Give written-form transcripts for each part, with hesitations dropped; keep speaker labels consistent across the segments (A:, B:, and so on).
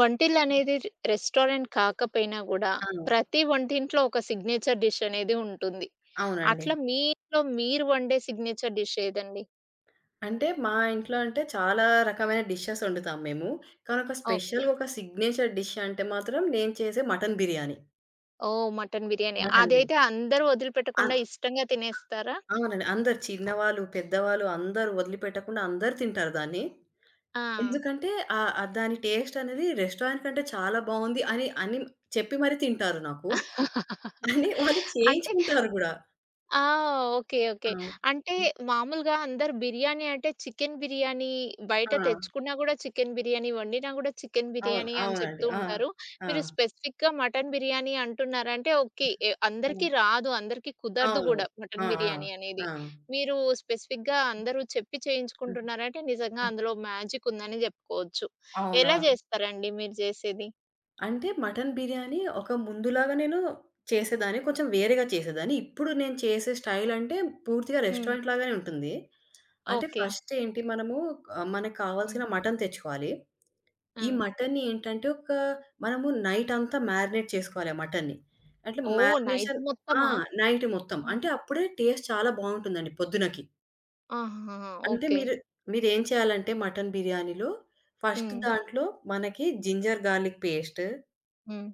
A: వంటిల్లనేది restaurant కాకపోయినా గూడా,
B: ఆ!
A: ప్రతి వంటింట్లో ఒక సిగ్నేచర్ డిష్ అనేది ఉంటుంది.
B: అవునండి.
A: అట్లా మీ ఇంట్లో మీరు వండే సిగ్నేచర్ డిష్ ఏదండి?
B: అంటే మా ఇంట్లో అంటే చాలా రకమైన డిషెస్ వండుతాం మేము. కానీ ఒక
A: ఓకే.
B: స్పెషల్‌గా ఒక సిగ్నేచర్ డిష్ అంటే మాత్రం నేను చేసే mutton biryani.
A: Oh! Mutton biryani.
B: Mutton
A: అదైతే
B: బిర్యానీ.
A: అందరూ వదిలిపెట్టకుండా
B: అన్
A: ఇష్టంగా తినేస్తారా?
B: అవునండి. అందరు చిన్నవాళ్ళు, పెద్దవాళ్ళు అందరూ వదిలిపెట్టకుండా అందరూ తింటారు దాన్ని.
A: ఆ!
B: ఎందుకంటే ఆహ్, ఆహ్, దాని టేస్ట్ అనేది రెస్టారెంట్ కంటే చాలా బావుంది అని అని చెప్పి మరి తింటారు నాకు. అని వాళ్ళు
A: అంటే
B: చేయించుకుంటారు గూడా.
A: ఆ! ఓకే. ఓకే.
B: అవును.
A: అంటే మామూలుగా అందరూ బిర్యానీ అంటే చికెన్ బిర్యానీ బయట
B: ఆ!
A: తెచ్చుకున్నా గూడా చికెన్ బిర్యానీ, వండినా గూడా చికెన్
B: అవును.
A: బిర్యానీ అని
B: అవునండి.
A: చెప్తూ
B: ఆ!
A: ఉంటారు.
B: ఆ!
A: మీరు స్పెసిఫిక్‌గా మటన్ బిర్యానీ అంటున్నారంటే ఓకే.
B: ఆ!
A: అందరికీ రాదు, అందరికీ కుదరదు
B: అవును.
A: గూడా
B: ఆ!
A: మటన్
B: ఆ!
A: బిర్యానీ అనేది.
B: ఆ!
A: మీరు స్పెసిఫిక్‌గా అందరూ చెప్పి
B: హ్మ్.
A: చేయించుకుంటున్నారంటే నిజంగా
B: హ్మ్.
A: అందులో మ్యాజిక్ ఉందని జెప్పుకోవచ్చు.
B: అవునా?
A: ఎలా జేస్తారండి మీరు జేసేది?
B: అంటే మటన్ బిర్యానీ ఒక ముందులాగా నేను చేసేదాన్ని. కొంచెం వేరేగా చేసేదాన్ని. ఇప్పుడు నేను చేసే స్టైల్ అంటే పూర్తిగా
A: హ్మ్.
B: రెస్టారెంట్ లాగానే ఉంటుంది. అంటే
A: ఓకే.
B: ఫస్ట్ ఏంటి మనము మనకు
A: హ్మ్.
B: కావాల్సిన మటన్ తెచ్చుకోవాలి.
A: ఆ!
B: ఈ మటన్‌ని ఏంటంటే ఒక మనము నైట్ అంతా మ్యారినేట్ చేసుకోవాలి ఆ మటన్‌ని. అంటే
A: ఓహ్! నైట్
B: మ్యారినేషన్ ఆ!
A: మొత్తమా?
B: నైట్ మొత్తం.
A: ఆ!
B: అంటే అప్పుడే టేస్ట్ చాలా బావుంటుందండి పొద్దునకి.
A: ఆహాహా!
B: అంటే
A: ఓకే.
B: మీరేం చేయాలంటే మటన్ బిర్యానీలో ఫస్ట్
A: హ్మ్.
B: దాంట్లో మనకి జింజర్ గార్లిక్ పేస్ట్.
A: హ్మ్.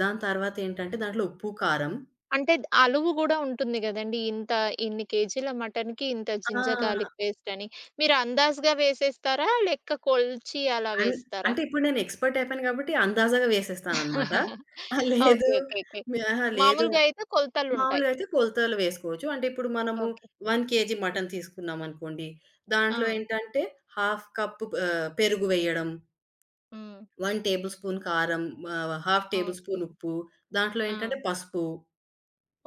B: దాని తర్వాత ఏంటంటే దాంట్లో ఉప్పు, కారం.
A: అంటే అలువు గూడా ఉంటుంది గదండీ! ఇంత ఇన్ని కేజీల మటన్‌కి ఇంత
B: ఆ!
A: జింజర్ గార్లిక్ పేస్ట్ అని. మీరు అందాజుగా వేసేస్తారా? లెక్క కొలిచి అలా
B: అన్
A: వేస్తారా?
B: అంటే ఇప్పుడు నేను ఎక్స్‌పర్ట్ అయిపోయాను కాబట్టి అందాజాగా వేసేస్తాననమాట. ఆ! లేదు
A: ఓకే. ఓకే. ఓకే.
B: మీ అహా! లేదు
A: మామూలుగా అయితే కొలతలుంటాయి.
B: మామూలుగా అయితే కొలతలు వేసుకోవచ్చు. అంటే ఇప్పుడు మనము
A: ఓకే.
B: 1 KG mutton తీసుకున్నామనుకోండి.
A: ఆ!
B: దాంట్లో ఏంటంటే 1/2 కప్పు పెరుగు వేయడం,
A: హ్మ్.
B: 1 టేబుల్ స్పూన్ కారం, 1/2 టేబుల్
A: ఓకే.
B: స్పూన్ ఉప్పు, దాంట్లో
A: ఆ!
B: ఏంటంటే పసుపు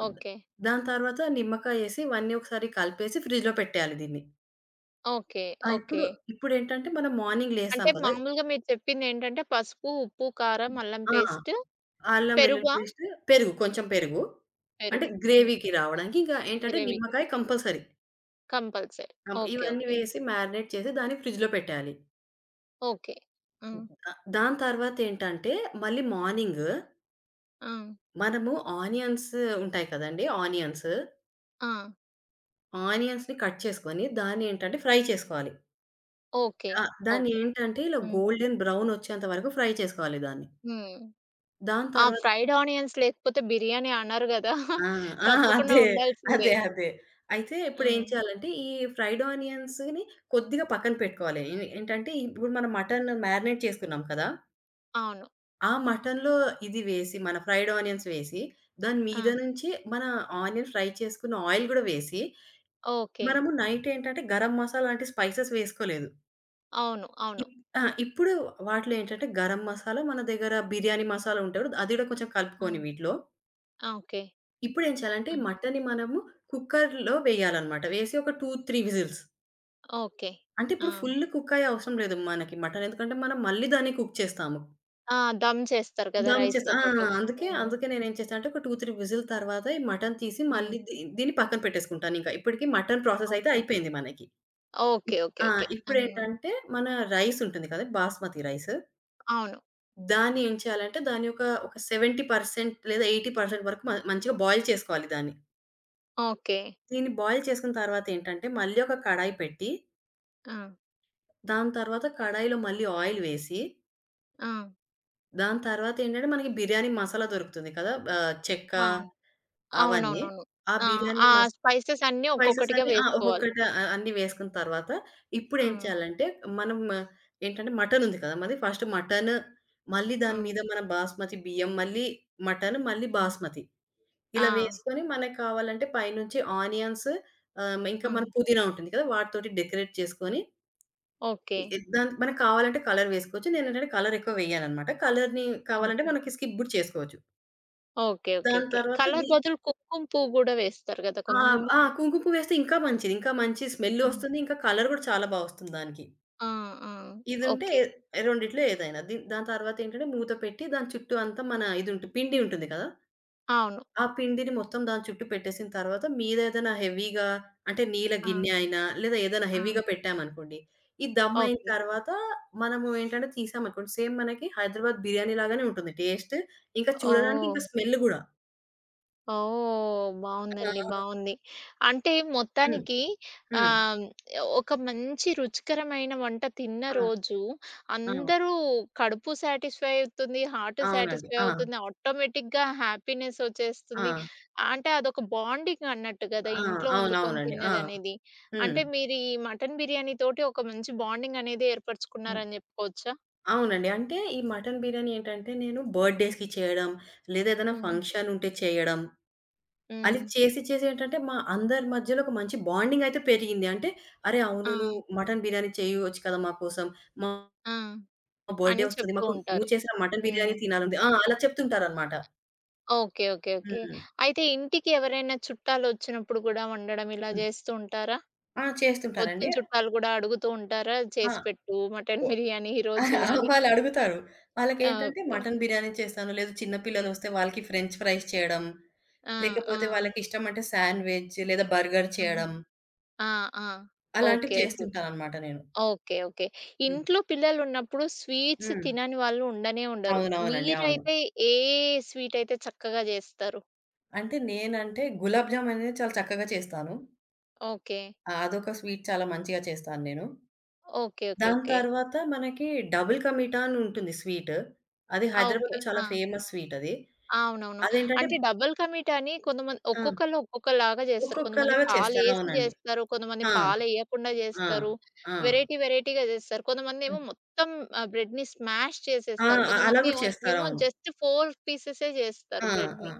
A: ఓకే.
B: దాని తర్వాత నిమ్మకాయేసి ఇవన్నీ ఒకసారి కలిపేసి ఫ్రిడ్జ్‌లో పెట్టేయాలి దీన్ని.
A: ఓకే.
B: ఆ! ఇప్పుడు
A: ఓకే.
B: ఇప్పుడేంటంటే మనం మార్నింగ్ లేస్తాం
A: అంటే
B: కదా!
A: మామూలుగా మీరు చెప్పిందేంటంటే పసుపు, ఉప్పు, కారం, అల్లం
B: ఆ!
A: పేస్ట్,
B: అల్లం వెల్లుల్లి
A: పెరుగా?
B: పేస్ట్, పెరుగు కొంచెం పెరుగు. అంటే
A: పెరుగు. హ్మ్.
B: గ్రేవీకి రావడానికి ఇంకా ఏంటంటే
A: గ్రేవీకి.
B: నిమ్మకాయ కంపల్సరీ.
A: కంపల్సరీ. ఓకే.
B: ఇవన్నీ
A: ఓకే.
B: వేసి మ్యారినేట్ చేసి దాన్ని ఫ్రిడ్జ్‌లో పెట్టేయాలి.
A: ఓకే. హ్మ్.
B: దాని తర్వాత ఏంటంటే మళ్ళీ మార్నింగ్
A: ఆ!
B: మనము ఆనియన్స్ ఉంటాయి కదండీ! ఆనియన్స్.
A: ఆ!
B: ఆనియన్స్‌ని కట్ చేసుకొని దాన్ని ఏంటంటే ఫ్రై చేసుకోవాలి.
A: ఓకే.
B: ఆ!
A: ఓకే.
B: దాన్నేంటంటే ఇలా
A: హ్మ్.
B: గోల్డెన్ బ్రౌనొచ్చేంత వరకు ఫ్రై చేసుకోవాలి దాన్ని.
A: హ్మ్.
B: దాని
A: ఆ!
B: తర్వాత
A: ఫ్రైడ్ ఆనియన్స్ లేకపోతే బిర్యానీ అనరు గదా!
B: ఆ! ఆ!
A: తప్పకుండా
B: అదే.
A: ఉండాల్సిందే.
B: అదే. అదే. అయితే ఇప్పుడేం
A: హ్మ్.
B: చేయాలంటే ఈ ఫ్రైడ్ ఆనియన్స్‌ని కొద్దిగా పక్కన పెట్టుకోవాలి. ఏంటంటే ఇప్పుడు మనం మటన్ మ్యారినేట్ చేసుకున్నాం కదా!
A: అవును.
B: ఆ మటన్‌లో ఇది వేసి మన ఫ్రైడ్ ఆనియన్స్ వేసి దాని
A: ఆ!
B: మీద నుంచి మన ఆనియన్ ఫ్రై చేసుకున్న ఆయిల్ గూడా వేసి
A: ఓకే.
B: మనము నైట్ ఏంటంటే గరం మసాలా లాంటి స్పైసెస్ వేసుకోలేదు.
A: అవును. అవును.
B: ఇప్ ఆ! ఇప్పుడు వాటిలో ఏంటంటే గరం మసాలా, మన దగ్గర బిర్యానీ మసాలా ఉంటే కూడా అది కూడా కొంచెం కలుపుకోని
A: హ్మ్.
B: వీటిలో.
A: ఓకే.
B: ఇప్పుడేం చేయాలంటే
A: హ్మ్.
B: మటన్‌ని మనము కుక్కర్‌లో వేయాలన్నమాట. వేసి ఒక 2, 3 విజిల్స్.
A: ఓకే.
B: అంటే ఇప్పుడు
A: ఆ!
B: ఫుల్ కుక్ అయ్యే అవసరం లేదు మనకి మటన్. ఎందుకంటే మనం మళ్ళీ దాన్ని కుక్ చేస్తాము.
A: ఆ! దమ్ చేస్తారు కదా!
B: దాన్ని చేసి
A: రైస్‌తో
B: ఆ!
A: పాటు.
B: అందుకే,
A: హ్మ్.
B: అందుకే నేనేం చేశానంటే ఒక 2, 3 విజిల్ తర్వాత ఈ మటన్ తీసి
A: హ్మ్.
B: మళ్ళీ దీన్ని పక్కన పెట్టేసుకుంటానింకా. ఇప్పటికి మటన్ ప్రాసెస్ అయితే
A: ఓకే.
B: అయిపోయింది మనకి.
A: ఓకే.
B: ఇప్
A: ఓకే.
B: ఆ!
A: ఓకే. హ్మ్.
B: ఇప్పుడేంటంటే మన రైస్ ఉంటుంది కదా! బాస్మతి రైస్
A: అవును.
B: దాన్ని ఏం చేయాలంటే దాని యొక్క ఒక 70% లేదా 80% వరకు మంచిగా బాయిల్ చేసుకోవాలి దాన్ని.
A: ఓకే.
B: దీన్ని బాయిల్ చేసుకున్న తర్వాత ఏంటంటే, మళ్ళీ ఒక కడాయి పెట్టి,
A: ఆ!
B: దాని తర్వాత కడాయిలో మళ్ళీ ఆయిల్ వేసి,
A: ఆ!
B: దాని తర్వాత ఏంటంటే మనకి బిర్యానీ మసాలా దొరుకుతుంది కదా! చెక్క
A: ఆ!
B: అవన్నీ.
A: అవునవునవును.
B: ఆ
A: ఆ!
B: బిర్యానీ
A: ఆ
B: మస్
A: స్పైసెస్ అన్నీ
B: స్పైసెస్
A: ఒక్కొక్కటిగా
B: అన్నీ ఆ!
A: వేసుకోవాలి.
B: ఒక్కొక్కటి అన్నీ వేసుకున్న తర్వాత ఇప్పుడేం
A: ఆ!
B: చేయాలంటే, మనం ఏంటంటే మటన్ ఉంది కదా! మనది ఫస్ట్ మటన్, మళ్ళీ
A: ఆ!
B: దాని మీద మన బాస్మతి బియ్యం, మళ్ళీ మటన్, మళ్ళీ
A: ఆ!
B: బాస్మతి.
A: ఆ!
B: ఇలా వేసుకొని మనకు కావాలంటే పైనుంచి ఆనియన్స్ ఇంకా
A: హ్మ్.
B: మన పుదీనా ఉంటుంది కదా! వాటితోటి డెకరేట్ చేసుకొని
A: ఓకే.
B: దానికి మనకు కావాలంటే కలర్ వేసుకోవచ్చు. నేనేంటంటే కలర్ ఎక్కువ వేయననమాట. కలర్‌ని కావాలంటే
A: ఓకే.
B: మనకి స్కిప్ గూడా చేసుకోవచ్చు.
A: ఓకే. ఓకే.
B: దాని
A: ఓకే.
B: తర్వాత
A: కలర్ బదులు కుంకుమ పువ్వు గూడా వేస్తారు గదా!
B: ఆ!
A: కొంతమంది.
B: ఆ! కుంకుమ పువ్వు వేస్తే ఇంకా మంచిది. ఇంకా మంచి స్మెల్
A: ఆ!
B: ఒస్తుంది. ఇంకా కలర్ గూడా చాలా ఒస్తుంది దానికి.
A: ఆ! ఆ!
B: ఇదుంటే
A: ఓకే.
B: రెండిట్లో ఏదైనా. దాని తర్వాతేంటంటే మూత పెట్టి దాని చుట్టూ అంతా మన ఇదుంటు పిండి ఉంటుంది కదా!
A: అవును.
B: ఆ పిండిని మొత్తం దాని చుట్టూ పెట్టేసిన తర్వాత మీదేదైనా హెవీగా అంటే నీళ్ళ
A: ఆ!
B: గిన్నె అయినా, లేదా ఏదైనా
A: ఆ!
B: హెవీగా పెట్టామనుకోండి. ఈ దమ్ అయిన
A: ఓకే.
B: తర్వాత మనము ఏంటంటే తీసామనుకోండి, సేమ్ మనకి హైదరాబాద్ బిర్యానీ లాగానే ఉంటుంది టేస్ట్. ఇంకా చూడడానికి
A: ఓహ్!
B: ఇంకా స్మెల్ గూడా.
A: ఓహ్!
B: ఆ!
A: బావుందండి. బావుంది. అంటే
B: హ్మ్.
A: మొత్తానికి
B: హ్మ్.
A: ఆహ్, ఒక మంచి రుచికరమైన వంట తిన్న
B: ఆ!
A: రోజు
B: ఆ!
A: అందరూ కడుపు సాటిస్ఫై అవుతుంది. హార్ట్
B: అవునండి.
A: సాటిస్ఫై
B: ఆ!
A: అవుతుంది. ఆటోమేటిక్‌గా హ్యాపీనెస్
B: ఆ!
A: ఒచ్చేస్తుంది. అంటే అదొక బాండింగ్ అన్నట్టు గదా!
B: ఆ!
A: ఇంట్లో వండుకొని
B: అవునవునండి. ఆ!
A: తిన్నదనేది.
B: హ్మ్.
A: అంటే మీరు ఈ మటన్ బిర్యానీ తోటి ఒక మంచి బాండింగ్ అనేది
B: హ్మ్.
A: ఏర్పరచుకున్నారని జెప్పుకోవచ్చా?
B: అవునండి. అంటే ఈ మటన్ బిర్యానీ ఏంటంటే నేను బర్త్‌డేస్‌కి చేయడం, లేదా ఏదైనా
A: హ్మ్.
B: ఫంక్షన్ ఉంటే చేయడం. అది
A: హ్మ్.
B: చేసి చేసి ఏంటంటే మా అందరి మధ్యలో ఒక మంచి బాండింగయితే పెరిగింది. అంటే, "అరే! అవును
A: ఆ!
B: నువ్వు మటన్ బిర్యానీ చేయవచ్చు కదా! మా కోసం. మా
A: ఆ!
B: బర్త్‌డే
A: అని
B: వస్తుంది.
A: చెప్తూ
B: మాకు నువ్వు
A: ఉంటారు.
B: చేసిన మటన్ బిర్యానీ
A: హ్మ్.
B: తినాలుంది." ఆ! అలా చెప్తుంటారనమాట.
A: ఓకే. ఓకే. ఓకే.
B: హ్మ్.
A: అయితే ఇంటికి ఎవరైనా చుట్టాలొచ్చినప్పుడు గూడా వండడం ఇలా
B: హ్మ్.
A: జేస్తూ ఉంటారా?
B: ఆ! చేస్తుంటారండి.
A: వచ్చిన చుట్టాలు గూడా అడుగుతూ ఉంటారా?
B: ఆ!
A: చేసి పెట్టు
B: ఓ
A: మటన్ బిర్యానీ ఈరోజు అని.
B: వాళ్ళడుగుతారు.
A: ఆ!
B: వాళ్ళకేంటంటే
A: ఓకే.
B: మటన్ బిర్యానీ చేస్తాను, లేదు చిన్న పిల్లలొస్తే వాళ్ళకి ఫ్రెంచ్ ఫ్రైస్ చేయడం,
A: ఆ!
B: లేకపోతే
A: ఆ!
B: వాళ్ళకిష్టమంటే శాండ్‌విచ్ లేదా బర్గర్
A: హ్మ్.
B: చేయడం,
A: ఆ! ఆ! ఓకే.
B: అలాంటివి
A: ఓకే. ఓకే.
B: చేస్తుంటాననమాట నేను.
A: ఓకే. ఓకే.
B: హ్మ్.
A: ఇంట్లో పిల్లలున్నప్పుడు స్వీట్స్
B: హ్మ్.
A: తినని వాళ్ళు ఉండనే ఉండరు.
B: అవునవునండి. అవును.
A: మీరైతే ఏ స్వీటయితే చక్కగా జేస్తారు?
B: అంటే నేనంటే గులాబ్ జామ్ అనేది చాలా చక్కగా చేస్తాను.
A: ఓకే.
B: అదొక స్వీట్ చాలా మంచిగా చేస్తాను నేను.
A: ఓకే. ఓకే.
B: దాని
A: ఓకే.
B: తర్వాత మనకి డబుల్ కా మీఠా అని ఉంటుంది స్వీట్. అది
A: ఆ! ఓకే.
B: హైదరాబాద్‌లో చాలా
A: ఆ!
B: ఫేమస్ స్వీట్ అది.
A: అవునవును.
B: అదేంటంటే
A: అంటే డబుల్ కమిట్ అని కొంతమంది
B: ఆ!
A: ఒక్కొక్కళ్ళు ఒక్కొక్కలాగా జేస్తారు. కొంతమంది
B: ఒక్కొక్కలాగా చేస్తారు.
A: పాలేసి
B: అవునండి.
A: జేస్తారు. కొంతమంది
B: ఆ!
A: పాలెయకుండా
B: ఆ!
A: జేస్తారు.
B: ఆ!
A: వెరైటీ వెరైటీగా జేస్తారు.
B: హ్మ్.
A: కొంతమందేమో మొత్తం బ్రెడ్‌ని స్మాష్
B: ఆ!
A: చేసేస్తారు.
B: అలా
A: కొంతమంది
B: కూడా
A: ఏమో
B: చేస్తారు.
A: ఏమో
B: అవును.
A: జస్ట్ 4 పీసెసే జేస్తారు
B: ఆ! ఆ!
A: బ్రెడ్‌ని.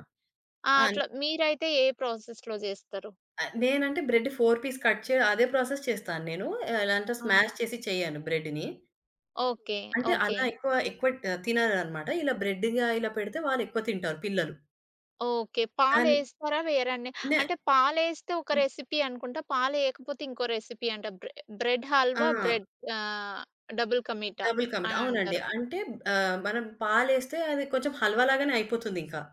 A: ఆ!
B: అన్
A: అట్లా మీరైతే ఏ ప్రాసెస్‌లో జేస్తారు?
B: నేనంటే బ్రెడ్ 4 పీస్ కట్ చే అదే ప్రాసెస్ చేస్తాను నేను. ఎలా అంటే
A: ఆ!
B: స్మాష్ చేసి చేయను బ్రెడ్‌ని.
A: ఓకే.
B: అంటే
A: ఓకే.
B: అలా ఎక్కువ ఎక్కువ తినరనమాట. ఇలా బ్రెడ్‌గా ఇలా పెడితే వాళ్ళు ఎక్కువ తింటారు పిల్లలు.
A: ఓకే.
B: దాన్
A: పాలేస్తారా వేరండి?
B: నే
A: అంటే పాలేస్తే ఒక రెసిపీ అనుకుంటా. పాలేయకపోతే ఇంకో రెసిపీ అంట. బ్రెడ్
B: ఆ!
A: హల్వా, బ్రెడ్ ఆహ్, డబుల్ కా మీఠా
B: డబుల్ కమిట్.
A: అని
B: అవునండి.
A: అంటారు.
B: అంటే మనం పాలేస్తే అది కొంచెం హల్వా లాగానే అయిపోతుందింకా.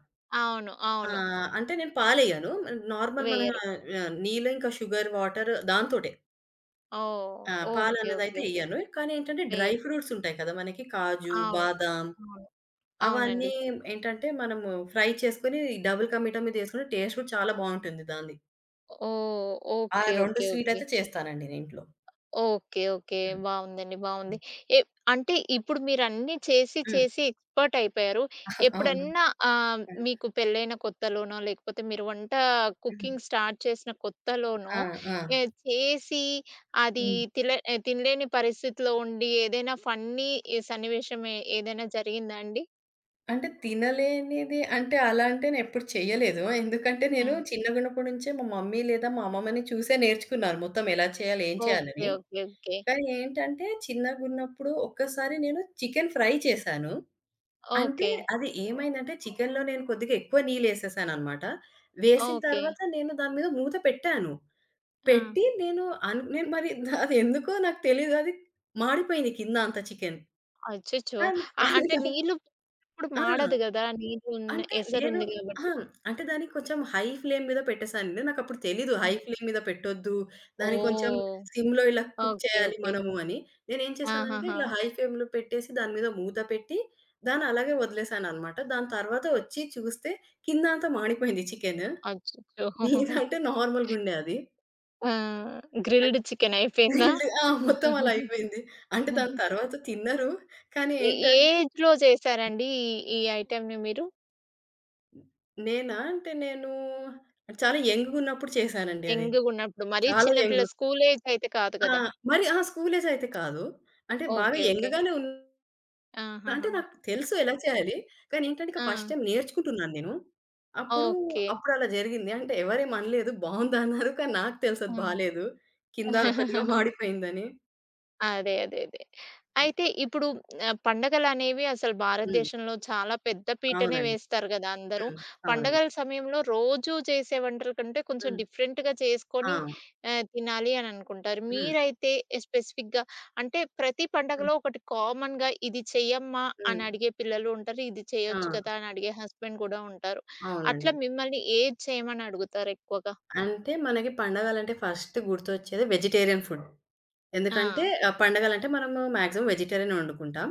A: అవును.
B: ఆ!
A: అవును.
B: అంటే నేను పాలెయ్యను. నార్మల్ మన
A: వేయరు.
B: నీళ్ళు ఇంకా షుగర్, వాటర్ దాంతోటే.
A: ఓహ్!
B: ఆ!
A: ఓకే. ఓకే.
B: పాలన్నదైతే
A: ఓకే.
B: ఎయ్యను. కానీ ఏంటంటే డ్రై
A: వేయరు.
B: ఫ్రూట్స్ ఉంటాయి కదా! మనకి కాజు,
A: అవును.
B: బాదాం
A: అవును.
B: అవన్నీ
A: అవునండి.
B: ఏంటంటే మనము ఫ్రై చేసుకొని డబుల్ కా మీఠా మీద ఎసుకుంటే టేస్ట్ కూడా చాలా బావుంటుంది దాంది.
A: ఓహ్!
B: ఆ!
A: ఓకే.
B: 2
A: ఓకే. ఓకే.
B: స్వీటయితే చేస్తానండి నేను ఇంట్లో.
A: ఓకే. ఓకే.
B: హ్మ్.
A: బావుందండి. బావుంది.
B: హ్మ్.
A: ఎ అంటే ఇప్పుడు మీరన్నీ చేసి,
B: హ్మ్.
A: చేసి ఎక్స్‌పర్ట్ అయిపోయారు.
B: అవును.
A: ఎప్పుడన్నా ఆహ్,
B: హ్మ్.
A: మీకు పెళ్ళైన కొత్తలోనో, లేకపోతే మీరు
B: హ్మ్.
A: కుకింగ్ స్టార్ట్ చేసిన కొత్తలోనో
B: ఆ! ఆ!
A: ఎ చేసి అది
B: హ్మ్.
A: తిలే ఎ తినలేని పరిస్థితిలో ఉండి ఏదైనా ఫన్నీ ఈ సన్నివేశం ఏదైనా జరిగిందా అండి?
B: అంటే తినలేనిది అంటే అలా అంటే నేనెప్పుడు చేయలేదు. ఎందుకంటే
A: ఆ!
B: నేను చిన్నగున్నప్పటి నుంచే మా మమ్మీ లేదా మా అమ్మమ్మని చూసే నేర్చుకున్నాను మొత్తం ఎలా చేయాలి, ఏం
A: ఓకే.
B: చేయాలని.
A: ఓకే. ఓకే.
B: కానీ ఏంటంటే చిన్నగున్నప్పుడు ఒక్కసారి నేను చికెన్ ఫ్రై చేశాను. అంటే
A: ఓకే.
B: అది ఏమైందంటే చికెన్‌లో నేను కొద్దిగా ఎక్కువ నీళ్లేసేసాననమాట. వేసిన
A: ఓకే.
B: తర్వాత నేను దాని మీద మూత పెట్టాను.
A: ఆ!
B: పెట్టి నేను మరి అదెందుకో నాకు తెలీదు అది మాడిపోయింది కింద అంత చికెను.
A: అచ్చచ్చో!
B: కానీ
A: అంటే నీళ్ళు ఇప్పుడు
B: ఆ!
A: మాడదు గదా! నీళ్ళు ఉన్న
B: అంటే
A: ఎసరు
B: నేను
A: ఉంది
B: అహా!
A: గాబట్టి.
B: అంటే దాన్ని కొంచెం హై ఫ్లేమ్ మీద పెట్టేసానండి. నాకప్పుడు తెలీదు
A: ఆ!
B: హై ఫ్లేమ్ మీద పెట్టొద్దు. దాన్ని కొంచెం
A: ఓహ్!
B: సిమ్‌లో ఇలా కుక్
A: ఓకే.
B: చేయాలి
A: ఓకే.
B: మనము అని. నేనేం చేశానంటే
A: ఆహాహా!
B: ఇలా హై ఫ్లేమ్‌లో పెట్టేసి దాని మీద మూత పెట్టి దాన్ని అలాగే వదిలేసాననమాట. దాని తర్వాత వచ్చి చూస్తే కింద అంతా మాడిపోయింది చికెను.
A: అచ్చచ్చో!
B: మీద అంటే నార్మల్‌గుండే అది.
A: ఆ! గ్రిల్డ్ చికెన్ అయిపోయిందా?
B: వీళ్ళు ఆ! మొత్తం అలా అయిపోయింది. అంటే దాని తర్వాత తిన్నరు. కానీ
A: ఏ ఏ
B: ఏంటంటే
A: ఏజ్‌లో చేశారండి ఈ ఈ ఐటెమ్‌ని మీరు?
B: నేనా? అంటే నేను చాలా యంగ్‌గున్నప్పుడు చేశానండి అది.
A: యంగ్‌గున్నప్పుడు. మరీ
B: చాలా
A: చిన్న పిల్ల
B: యంగ్.
A: స్కూల్ ఏజ్ అయితే కాదు
B: ఆ!
A: కదా!
B: మరి ఆ! స్కూల్ ఏజ్ అయితే కాదు. అంటే బాగా
A: ఓకే. ఓకే.
B: యంగ్‌గానే ఉన్నా. అంటే
A: ఆహాహా!
B: నాకు తెలుసు ఎలా చేయాలి. కానీ ఏంటంటే ఇక
A: ఆ!
B: ఫస్ట్ టైమ్ నేర్చుకుంటున్నాను నేను. అప్పుడు,
A: ఓకే.
B: అప్పుడు అలా జరిగింది. అంటే ఎవరేం అనలేదు. బావుందన్నారు. కానీ నాకు తెలుసు అది బాలేదు. కింద కొద్దిగా
A: హ్మ్.
B: మాడిపోయిందని.
A: అదే. అదే. అదే. అయితే ఇప్పుడు పండగలనేవి అసలు
B: హ్మ్.
A: భారతదేశంలో చాలా పెద్ద పీటనే
B: అవునండి.
A: వేస్తారు గదా! అందరూ.
B: హ్మ్. అవునండి.
A: పండగల సమయంలో రోజూ చేసే వంటల కంటే కొంచెం
B: హ్మ్.
A: డిఫరెంట్‌గా
B: ఆ!
A: చేసుకొని తినాలి అని అనుకుంటారు.
B: హ్మ్.
A: మీరైతే స్పెసిఫిక్‌గా అంటే ప్రతి
B: హ్మ్.
A: పండగలో ఒకటి కామన్‌గా ఇది చెయ్యమ్మా
B: హ్మ్.
A: అని అడిగే పిల్లలు ఉంటారు. ఇది
B: ఆ!
A: చేయొచ్చు కదా! అని అడిగే హస్బెండ్ గూడా ఉంటారు.
B: అవునండి.
A: అట్లా మిమ్మల్ని ఏది చేయమని అడుగుతారు ఎక్కువగా?
B: అంటే మనకి పండగలంటే ఫస్ట్ గుర్తొచ్చేది వెజిటేరియన్ ఫుడ్.
A: ఆ!
B: ఎందుకంటే పండగలంటే మనము మాక్సిమం వెజిటేరియనే వండుకుంటాం.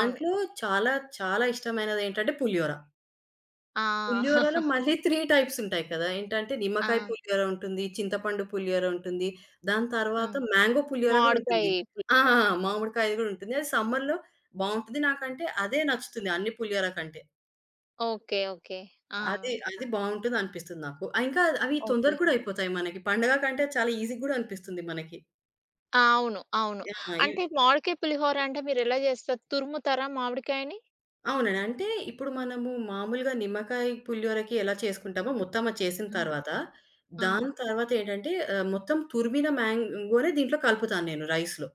A: అవును.
B: చాలా చాలా ఇష్టమైనదేంటంటే పులిహోర.
A: ఆ!
B: పులిహోరలో మళ్ళీ 3 టైప్స్ ఉంటాయి కదా! ఏంటంటే
A: ఆ!
B: నిమ్మకాయ పులిహోర ఉంటుంది, చింతపండు పులిహోర ఉంటుంది, దాని
A: ఆ!
B: తర్వాత మ్యాంగో పులిహోర గూడా
A: మామిడికాయ
B: ఉంటుంది. ఆ! మామిడికాయది గూడా ఉంటుంది. అది సమ్మర్‌లో బావుంటది. నాకంటే అదే నచ్చుతుంది అన్ని పులిహోర కంటే.
A: ఓకే. ఓకే. ఆ!
B: అది బావుంటదనిపిస్తుంది నాకు. ఆ! ఇంకా అవి తొందర
A: ఓకే.
B: కూడా అయిపోతాయి మనకి. పండగ కంటే చాలా ఈజీ గూడా అనిపిస్తుంది మనకి.
A: ఆ! అవును. అవును.
B: యాహ్!
A: అంటే మామిడికాయ పులిహోర అంటే మీరెలా జేస్తారు? తురుముతారా మామిడికాయని?
B: అవునండి. అంటే ఇప్పుడు మనము మామూలుగా నిమ్మకాయ పులిహోరకి ఎలా చేసుకుంటామో మొత్తం అది చేసిన
A: హ్మ్.
B: తర్వాత,
A: ఆ!
B: దాని తర్వాతేంటంటే మొత్తం తురిమిన మ్యాంగోనే దీంట్లో కలుపుతాను నేను రైస్‌లో.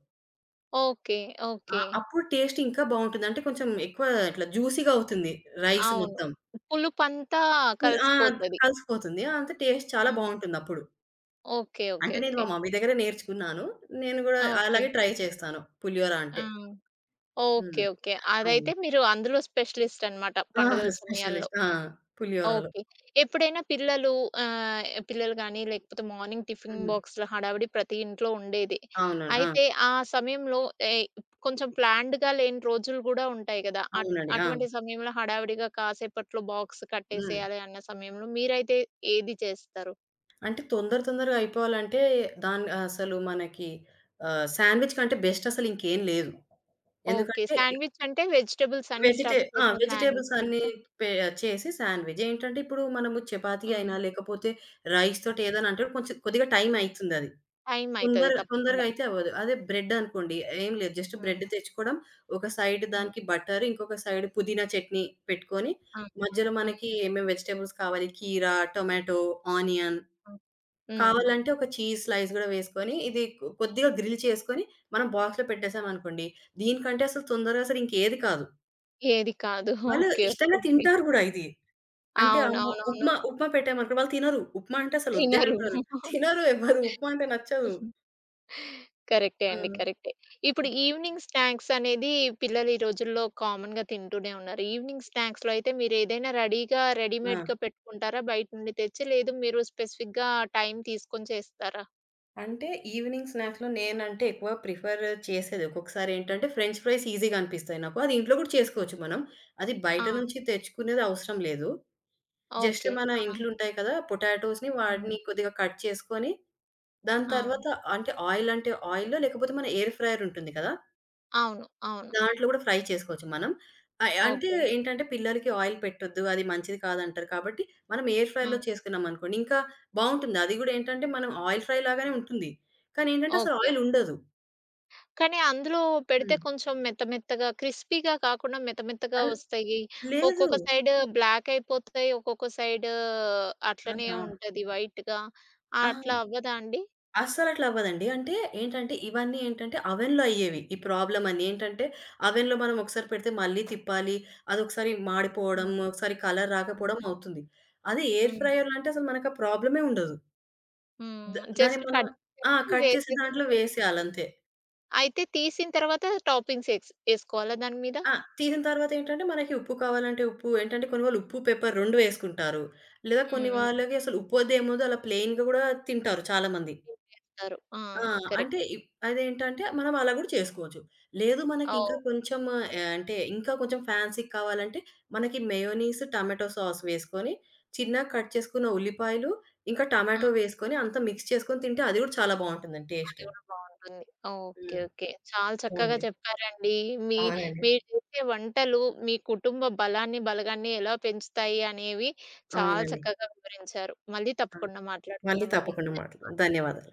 A: ఓకే.
B: ఆ!
A: ఓకే.
B: అప్పుడు టేస్ట్ ఇంకా బావుంటుంది. అంటే కొంచెం ఎక్కువ ఇట్లా జ్యూసీగా అవుతుంది రైస్
A: అవును.
B: మొత్తం.
A: పులుపంతా
B: ఆ!
A: కలిసిపోతది.
B: కలిసిపోతుంది. అంత టేస్ట్
A: ఆ!
B: చాలా బావుంటుందప్పుడు.
A: ఓకే. ఓకే.
B: అంటే నేను
A: ఓకే.
B: మా మమ్మీ దగ్గరే నేర్చుకున్నాను. నేను గూడా
A: ఆ! ఓకే.
B: అలాగే ట్రై చేస్తాను పులిహోర
A: ఆ!
B: అంటే. హ్మ్.
A: ఓకే. ఓకే.
B: అవును.
A: అదైతే మీరు అందులో స్పెషలిస్ట్ అన్నమాట
B: ఆ!
A: పండుగల సమయాల్లో.
B: స్పెషలిస్ట్. ఆ! పులిహోరాలు.
A: ఓకే. ఎప్పుడైనా పిల్లలు పిల్లలు గాని, లేకపోతే మార్నింగ్ టిఫిన్
B: హ్మ్.
A: బాక్స్‌ల హడావిడి ప్రతి ఇంట్లో ఉండేదే.
B: అవునండి. ఆ!
A: అయితే ఆ సమయంలో ఏయ్ కొంచెం ప్లాన్డ్‌గా లేని రోజులు గూడా ఉంటాయి గదా!
B: అవునండి. ఆ!
A: అటువంటి సమయంలో హడావిడిగా కాసేపట్లో బాక్స్
B: హ్మ్.
A: కట్టేసేయాలి అన్న సమయంలో మీరైతే ఏది చేస్తారు?
B: అంటే తొందర తొందరగా అయిపోవాలంటే దాన్ని అసలు మనకి శాండ్‌విచ్ కంటే బెస్ట్ అసలు ఇంకేం లేదు.
A: ఓకే.
B: ఎందుకంటే
A: శాండ్‌విచ్ అంటే వెజిటబుల్స్ అన్ని స్టఫ్
B: ఆ!
A: చేసిన
B: వెజిటబుల్స్ అన్నీ
A: శాండ్‌విచ్చా?
B: పే చేసి శాండ్‌విచ్. ఏంటంటే ఇప్పుడు మనము చపాతీ
A: హ్మ్.
B: అయినా లేకపోతే రైస్ తోటి ఏదైనా అంటే కొంచెం కొద్దిగా టైం అయితుందది.
A: టైం
B: తొందర
A: అయితది
B: తొందరగా
A: తప్పకుండా.
B: అయితే అవ్వదు. అదే బ్రెడ్ అనుకోండి ఏం లేదు జస్ట్
A: హ్మ్.
B: బ్రెడ్ తెచ్చుకోవడం, ఒక సైడ్
A: హ్మ్.
B: దానికి బటర్, ఇంకొక సైడ్ పుదీనా చట్నీ పెట్టుకొని,
A: ఆ!
B: మధ్యలో
A: హ్మ్.
B: మనకి ఏమేమి వెజిటబుల్స్ కావాలి కీరా, టొమాటో, ఆనియన్
A: హ్మ్. హ్మ్.
B: కావాలంటే ఒక చీజ్ స్లైస్ గూడా వేసుకొని, ఇది కొద్దిగా గ్రిల్ చేసుకొని మనం బాక్స్‌లో పెట్టేసామనుకోండి, దీనికంటే అసలు తొందరగా అసలు ఇంకేది కాదు.
A: ఏది కాదు.
B: వాళ్ళు
A: ఓకే. ఓకే.
B: ఇష్టంగా
A: ఓకే.
B: తింటారు గూడా ఇది. అంటే అమ్మో!
A: అవునవునవును.
B: ఉప్మా ఉప్మా పెట్టామనుకో వాళ్ళు తినరు. ఉప్మా అంటే అసలు వద్దే
A: తినరు.
B: అంటారు. తినరు ఎవ్వరు. ఉప్మా అంటే నచ్చదు.
A: కరెక్టే
B: ఆ!
A: అండి. కరెక్టే. ఇప్పుడు ఈవెనింగ్ స్నాక్స్ అనేది పిల్లలు ఈ రోజుల్లో కామన్‌గా తింటూనే ఉన్నారు. ఈవెనింగ్ స్నాక్స్‌లో అయితే మీరేదైనా రెడీగా
B: ఆ!
A: రెడీమేడ్‌గా పెట్టుకుంటారా బయట నుండి తెచ్చి? లేదు మీరు స్పెసిఫిక్‌గా టైం తీసుకొని చేస్తారా?
B: అంటే ఈవినింగ్ స్నాక్స్‌లో నేనంటే ఎక్కువ ప్రిఫర్ చేసేది. ఒక్కొక్కసారి ఏంటంటే ఫ్రెంచ్ ఫ్రైస్ ఈజీగా అనిపిస్తాయి నాకు. అది ఇంట్లో కూడా చేసుకోవచ్చు మనం. అది బయట
A: ఆ!
B: నుంచి తెచ్చుకునేది అవసరం లేదు. Just
A: okay.
B: మన
A: ఆ!
B: ఇంట్లో ఉంటాయి కదా! పొటాటోస్‌ని
A: హ్మ్.
B: వాటిని కొద్దిగా కట్ చేసుకొని, దాని
A: ఆ!
B: తర్వాత అంటే ఆయిల్ అంటే ఆయిల్లో లేకపోతే మన ఎయిర్ ఫ్రైయర్ ఉంటుంది కదా!
A: అవును. అవును.
B: దాంట్లో గూడా ఫ్రై చేసుకోవచ్చు మనం. అంటే
A: ఓకే.
B: ఏంటంటే పిల్లలకి ఆయిల్ పెట్టొద్దు, అది మంచిది కాదంటారు కాబట్టి, మనం ఎయిర్
A: ఆ!
B: ఫ్రై‌లో చేసుకున్నామనుకోండి ఇంకా బావుంటుంది. అది గూడా ఏంటంటే మనం ఆయిల్ ఫ్రై లాగానే ఉంటుంది. కానీ ఏంటంటే అసలు
A: ఓకే.
B: ఆయిల్ ఉండదు.
A: కానీ అందులో పెడితే
B: హ్మ్.
A: కొంచెం మెత్త మెత్తగా క్రిస్పీగా కాకుండా మెత్త మెత్తగా
B: అల్
A: వస్తాయి.
B: లేదు.
A: ఒక్కొక్క సైడ్ బ్లాక్ అయిపోతాయి. ఒక్కొక్క సైడ్ అట్లనే
B: ఆ!
A: ఉంటది వైట్‌గా.
B: ఆ!
A: అట్లా అవ్వదా అండి?
B: అస్సలట్లా అవ్వదండి. అంటే ఏంటంటే ఇవన్నీ ఏంటంటే అవెన్‌లో అయ్యేవి. ఈ ప్రాబ్లమ్ అన్నీ ఏంటంటే అవెన్‌లో మనం ఒకసారి పెడితే మళ్ళీ తిప్పాలి. అదొకసారి మాడిపోవడం,
A: హ్మ్.
B: ఒకసారి కలర్
A: హ్మ్.
B: రాకపోవడం అవుతుంది. అదే ఎయిర్
A: హ్మ్.
B: ఫ్రైయర్‌లో అంటే అసలు మనకు ఆ ప్రాబ్లమే ఉండదు.
A: హ్మ్.
B: దాన్ని
A: జస్ట్
B: మనం
A: కట్
B: ఆ!
A: చేసి
B: కట్ చేసి
A: వేసేస్తే
B: దాంట్లో
A: సరిపోతుంది.
B: వేసేయాలంతే.
A: అయితే తీసిన తర్వాత టాపింగ్స్ ఎసుకోవాలా దాని మీద?
B: ఆ! తీసిన తర్వాతేంటంటే, మనకి ఉప్పు కావాలంటే ఉప్పు, ఏంటంటే కొన్ని వాళ్ళు ఉప్పు, పెప్పర్ 2 వేసుకుంటారు. లేదా
A: హ్మ్.
B: కొన్ని
A: హ్మ్.
B: వాళ్ళకి అసలు ఉప్పొద్దేముందో అలా ప్లెయిన్‌గా గూడా తింటారు చాలామంది.
A: వేస్తారు. ఆ!
B: ఆ!
A: కరెక్ట్.
B: అంటే అదేంటంటే, మనం అలా గూడా చేసుకోవచ్చు. లేదు మనకింకా
A: ఓహ్!
B: కొంచెం అంటే ఇంకా కొంచెం ఫ్యాన్సీ‌గా కావాలంటే, మనకి మయోనీస్, టమాటో సాస్ వేసుకొని, చిన్నగా కట్ చేసుకున్న ఉల్లిపాయలు, ఇంకా టమాటో వేసుకొని, అంతా మిక్స్ చేసుకొని తింటే అది గూడా చాలా బావుంటుందండి టేస్ట్.
A: అది గూడా బావుంటుంది. ఓకే.
B: హ్మ్.
A: ఓకే. చాలా చక్కగా
B: అవునండి.
A: చెప్పారండి. మీ
B: అవునండి.
A: మీరు చేసే వంటలు మీ కుటుంబ బలాన్ని, బలగాన్ని ఎలా పెంచుతాయి అనేవి చాలా
B: అవునండి.
A: చక్కగా వివరించారు. మళ్ళీ
B: ఆ!
A: తప్పకుండా
B: మళ్ళీ
A: మాట్లాడుకుందామండి.
B: తప్పకుండా మాట్లాడదాం.
A: ధన్యవాదాలు.
B: ధన్యవాదాలు.